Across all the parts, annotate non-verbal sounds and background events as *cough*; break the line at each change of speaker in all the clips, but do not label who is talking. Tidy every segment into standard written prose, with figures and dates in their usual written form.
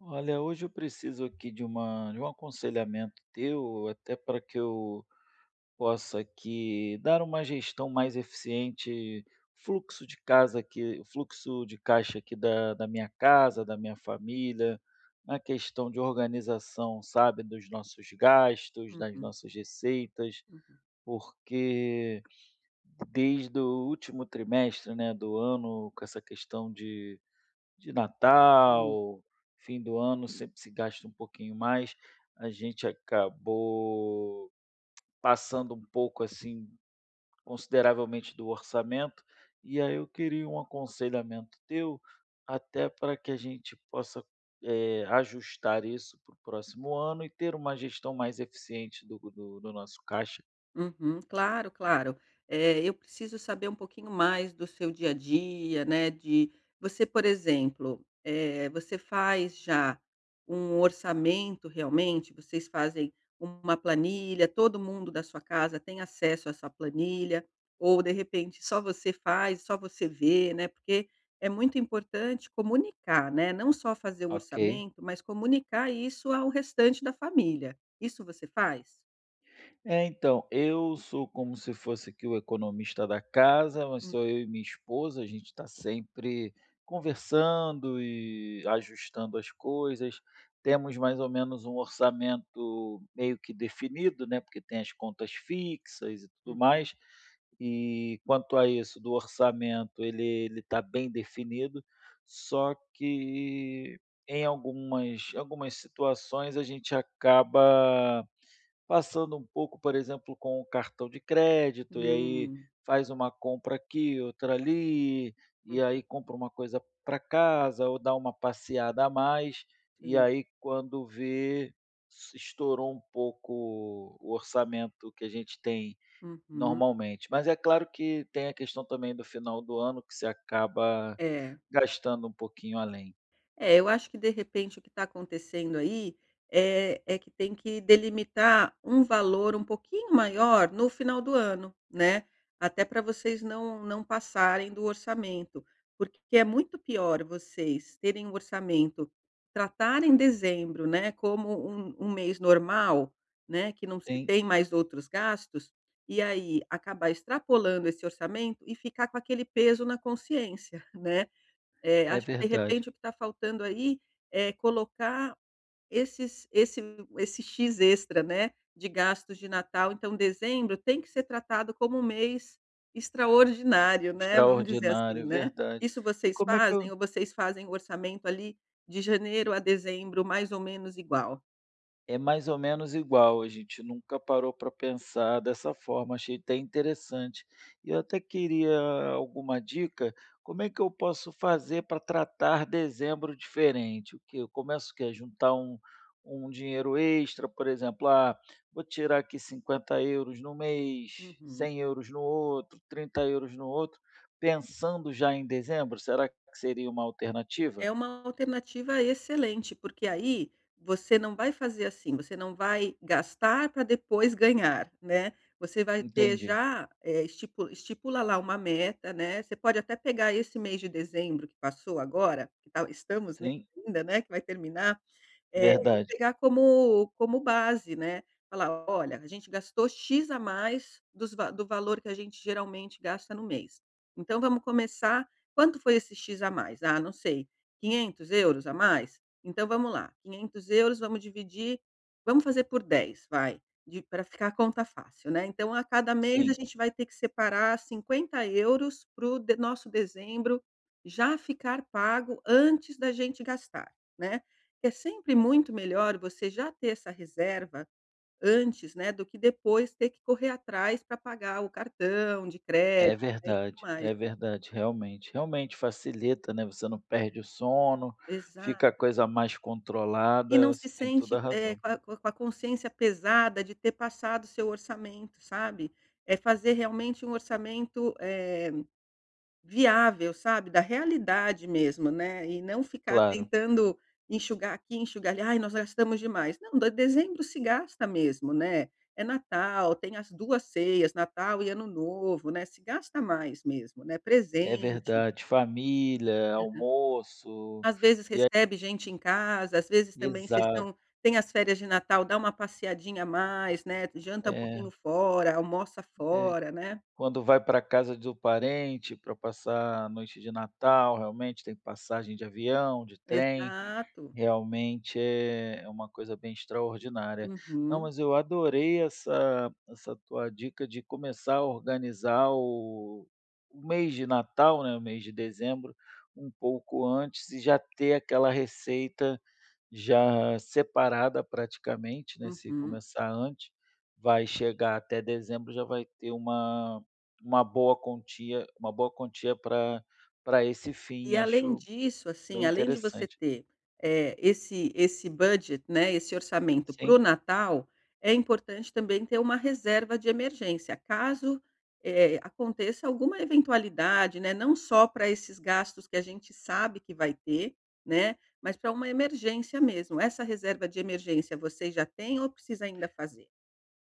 Olha, hoje eu preciso aqui de um aconselhamento teu, até para que eu possa aqui dar uma gestão mais eficiente, fluxo de caixa aqui da minha casa, da minha família, na questão de organização, sabe, dos nossos gastos, das
Uhum,
nossas receitas.
uhum,
Porque desde o último trimestre, né, do ano, com essa questão de
uhum.
Natal, fim do ano sempre se gasta um pouquinho mais, a gente acabou passando um pouco, assim, consideravelmente do orçamento, e aí eu queria um aconselhamento teu, até para que a gente possa, ajustar isso para o próximo ano e ter uma gestão mais eficiente do nosso caixa.
Uhum, claro, claro. Eu preciso saber um pouquinho mais do seu dia a dia, né, de você, por exemplo, você faz já um orçamento realmente? Vocês fazem uma planilha, todo mundo da sua casa tem acesso a essa planilha? Ou, de repente, só você faz, só você vê, né? Porque é muito importante comunicar, né? Não só fazer o
Ok.
orçamento, mas comunicar isso ao restante da família. Isso você faz?
É, então, eu sou como se fosse aqui o economista da casa, mas sou eu e minha esposa, a gente está sempre conversando e ajustando as coisas. Temos mais ou menos um orçamento meio que definido, né? Porque tem as contas fixas e tudo
Uhum.
mais. E quanto a isso do orçamento, ele está bem definido, só que em algumas situações a gente acaba passando um pouco, por exemplo, com o cartão de crédito, e aí
Hum,
faz uma compra aqui, outra ali, e aí compra uma coisa para casa ou dá uma passeada a mais, e
sim.
aí quando vê, estourou um pouco o orçamento que a gente tem
Uhum.
normalmente. Mas é claro que tem a questão também do final do ano que se acaba
É,
gastando um pouquinho além.
É, eu acho que de repente o que está acontecendo aí é que tem que delimitar um valor um pouquinho maior no final do ano, né? Até para vocês não, não passarem do orçamento. Porque é muito pior vocês terem um orçamento, tratarem dezembro, né, como um mês normal, né, que não se
Tem,
tem mais outros gastos, e aí acabar extrapolando esse orçamento e ficar com aquele peso na consciência, *laughs* né? É,
é
acho que de
verdade.
repente o que está faltando aí é colocar esses esse esse X extra, né, de gastos de Natal, então dezembro tem que ser tratado como um mês extraordinário, né, vamos dizer
Extraordinário,
assim,
é
né.
verdade.
Isso
E
vocês
como é que eu...
fazem ou vocês fazem o orçamento ali de janeiro a dezembro mais ou menos igual?
É mais ou menos igual, a gente nunca parou para pensar dessa forma, achei até interessante. E eu até queria alguma dica. Como é que eu posso fazer para tratar dezembro diferente? O que eu começo? Que quê? Juntar um um dinheiro extra? Por exemplo, ah, vou tirar aqui €50 no mês,
Uhum.
€100 no outro, €30 no outro, pensando já em dezembro. Será que seria uma alternativa?
É uma alternativa excelente, porque aí você não vai fazer assim, você não vai gastar para depois ganhar, né? Você vai ter
Entendi.
já, estipula lá uma meta, né, você pode até pegar esse mês de dezembro que passou agora, que estamos nele
Sim,
ainda, né, que vai terminar e
verdade.
pegar como base, né, falar: "Olha, a gente gastou X a mais dos va do valor que a gente geralmente gasta no mês. Então vamos começar, quanto foi esse X a mais? Ah, não sei, 500 euros a mais? Então vamos lá, 500 euros vamos dividir, vamos fazer por 10 vai, para ficar a conta fácil, né. Então a cada mês a
Sim.
gente vai ter que separar €50 para o nosso dezembro já ficar pago antes da gente gastar, né". É sempre muito melhor você já ter essa reserva antes, né, do que depois ter que correr atrás para pagar o cartão de crédito, né, e tudo mais,
É
né.
verdade, realmente. Realmente facilita, né, você não perde o sono, fica a
Exato.
coisa mais
E
controlada,
não se
você tem toda
sente,
a razão.
com a consciência pesada de ter passado seu orçamento, sabe. É fazer realmente um orçamento, viável, sabe, da realidade mesmo, né, e não ficar
Claro,
tentando enxugar aqui, enxugar ali: "Ai, nós gastamos demais". Não, de dezembro se gasta mesmo, né, é Natal, tem as 2 ceias, Natal e Ano Novo, né, se gasta mais mesmo, né,
é
presente,
verdade. Família, almoço,
às vezes recebe gente em casa, às vezes também vocês
exato,
estão, tem as férias de Natal, dá uma passeadinha a mais, né, janta um
é,
pouquinho fora, almoça
é.
fora, né.
Quando vai para casa do parente para passar a noite de Natal, realmente tem passagem de avião, de trem.
Exato.
Realmente é é uma coisa bem extraordinária. Não,
Uhum,
mas eu adorei essa tua dica de começar a organizar o mês de Natal, né, o mês de dezembro, um pouco antes e já ter aquela receita já separada praticamente, né, se
uhum.
começar antes, vai chegar até dezembro, já vai ter uma boa quantia, uma boa quantia para esse
E
fim,
além
acho
disso, assim,
bem
além de você
interessante.
ter, esse budget, né, esse orçamento para o
Sim.
Natal, é importante também ter uma reserva de emergência, caso, aconteça alguma eventualidade, né, não só para esses gastos que a gente sabe que vai ter, né, mas para uma emergência mesmo. Essa reserva de emergência vocês já têm ou precisa ainda fazer?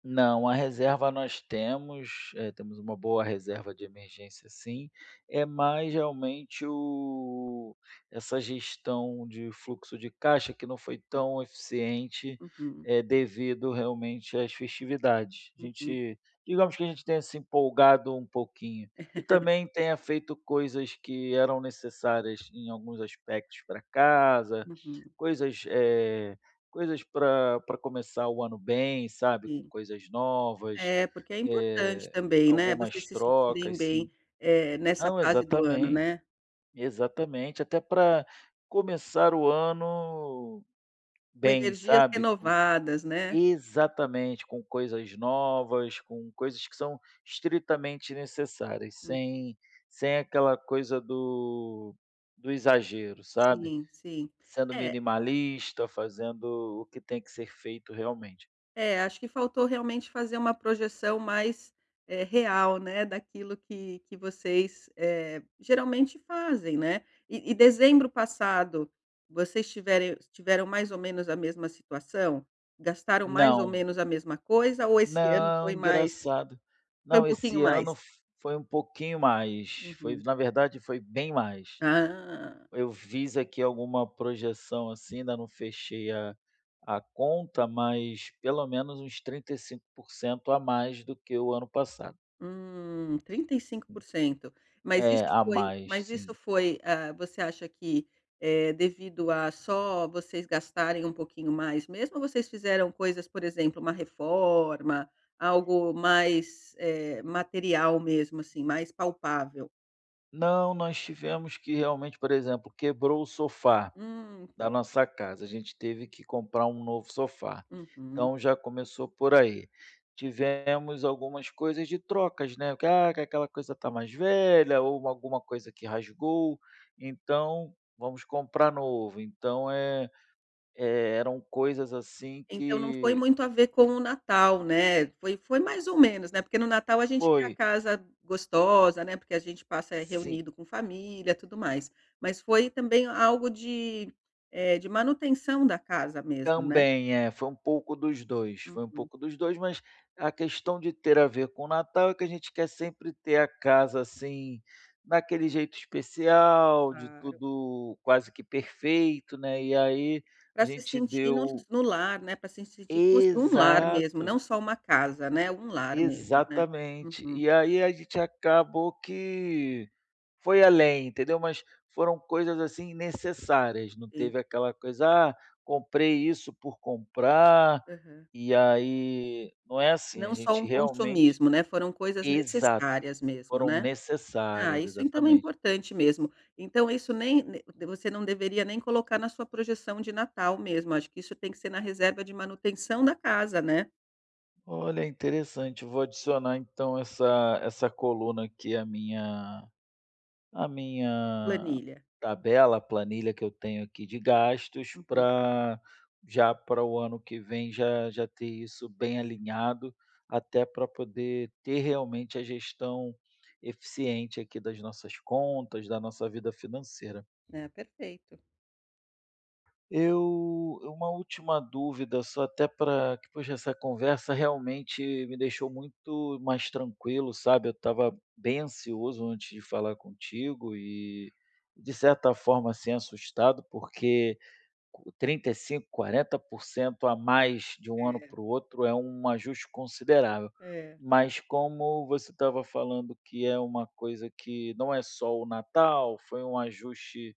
Não, a reserva nós temos, temos uma boa reserva de emergência, sim, é mais realmente o essa gestão de fluxo de caixa que não foi tão eficiente,
Uhum,
devido realmente às festividades. A
uhum,
gente, digamos que a gente tenha se empolgado um pouquinho e também tenha feito coisas que eram necessárias em alguns aspectos para casa,
uhum,
coisas, coisas para começar o ano bem, sabe, com
sim.
coisas novas,
É, porque é importante
eh,
também, né, vocês
algumas
se sentirem
trocas,
bem,
sim.
nessa
Não,
fase do ano,
exatamente,
né,
exatamente, até para começar o ano
com
bem,
energias
sabe, com...
renovadas, né.
exatamente, com coisas novas, com coisas que são estritamente necessárias,
Hum,
sem sem aquela coisa do exagero, sabe,
sim, sim.
sendo
É,
minimalista, fazendo o que tem que ser feito realmente.
é, acho que faltou realmente fazer uma projeção mais, real, né, daquilo que vocês, geralmente fazem, né. E dezembro passado, vocês tiverem tiveram mais ou menos a mesma situação? Gastaram mais ou
Não,
menos a mesma coisa ou esse ano
não, engraçado.
foi um
Não,
pouquinho
esse ano
mais?
f foi um pouquinho mais, foi
Uhum.
na verdade foi bem mais.
Ah,
Eu fiz aqui alguma projeção, assim, ainda não fechei a conta, mas pelo menos uns 35% a mais do que o ano passado.
35%. Mas
É,
isso
a
foi
mais,
mas isso
sim.
foi, ah, você acha que, é devido a só vocês gastarem um pouquinho mais mesmo, ou vocês fizeram coisas, por exemplo, uma reforma, algo mais, material mesmo, assim, mais palpável?
Não, nós tivemos que realmente, por exemplo, quebrou o sofá da
Então.
nossa casa. A gente teve que comprar um novo sofá.
Uhum.
Então já começou por aí. Tivemos algumas coisas de trocas, né? Que, ah, que aquela coisa tá mais velha ou alguma coisa que rasgou, então vamos comprar novo. Então é, é, eram coisas assim
Então não foi
que
muito a ver com o Natal, né, foi mais ou menos, né, porque no Natal a gente tem a
foi...
casa gostosa, né, porque a gente passa reunido com família, tudo mais. Mas foi também algo de manutenção da casa mesmo, né.
Também, é, foi um pouco dos dois, foi um
Uhum.
pouco dos dois, mas a questão de ter a ver com o Natal é que a gente quer sempre ter a casa, assim, daquele jeito especial, de
Claro.
tudo quase que perfeito, né, e aí a
Pra se
gente
sentir no
deu
no lar, né, pra se sentir como se um lar mesmo,
exato.
não só uma casa, né, um lar mesmo, né.
Exatamente.
Uhum,
E aí a gente acabou que foi além, entendeu? Mas foram coisas, assim, necessárias, não
sim.
teve aquela coisa: "Ah, comprei isso por comprar",
Aham.
e aí não é assim, a
Não só um
gente realmente
consumismo, né, foram coisas
exato,
necessárias mesmo,
foram
né. Ah,
necessárias,
isso então é
exatamente.
importante mesmo. Então isso nem ne você não deveria nem colocar na sua projeção de Natal mesmo, acho que isso tem que ser na reserva de manutenção da casa, né,
Olha, interessante, vou adicionar então essa coluna aqui à minha
planilha.
tabela, a planilha que eu tenho aqui de gastos
Uhum.
para, já para o ano que vem, já ter isso bem alinhado, até para poder ter realmente a gestão eficiente aqui das nossas contas, da nossa vida financeira.
É, perfeito.
Eu uma última dúvida só, até para que, poxa, essa conversa realmente me deixou muito mais tranquilo, sabe, eu estava bem ansioso antes de falar contigo e, de certa forma, assim, assustado, porque 35, 40% a mais de um ano
É,
para o outro é um ajuste considerável.
é.
Mas como você estava falando que é uma coisa que não é só o Natal, foi um ajuste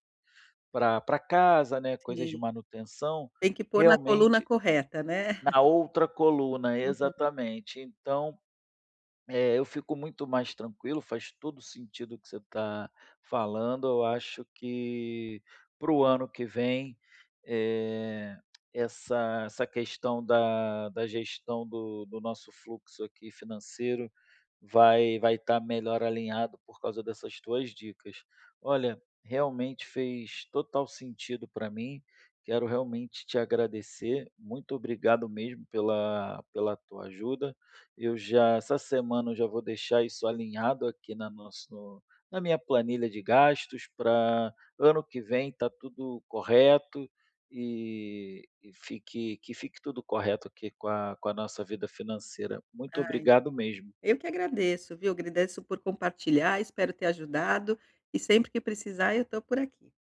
para pra casa, né, coisas de
Sim,
manutenção,
tem que pôr na coluna
realmente
correta, né.
na outra coluna,
Uhum.
exatamente. Então, eu fico muito mais tranquilo, faz todo sentido o que você está falando. Eu acho que para o ano que vem, eh, essa essa questão da gestão do nosso fluxo aqui financeiro, vai estar melhor alinhado por causa dessas tuas dicas. Olha, realmente fez total sentido para mim. Quero realmente te agradecer. Muito obrigado mesmo pela tua ajuda. Eu já essa semana eu já vou deixar isso alinhado aqui na nosso no- na minha planilha de gastos para ano que vem tá tudo correto, e fique tudo correto aqui com a nossa vida financeira. Muito
Ai,
obrigado mesmo.
eu que agradeço, viu, agradeço por compartilhar, espero ter ajudado, e sempre que precisar eu estou por aqui.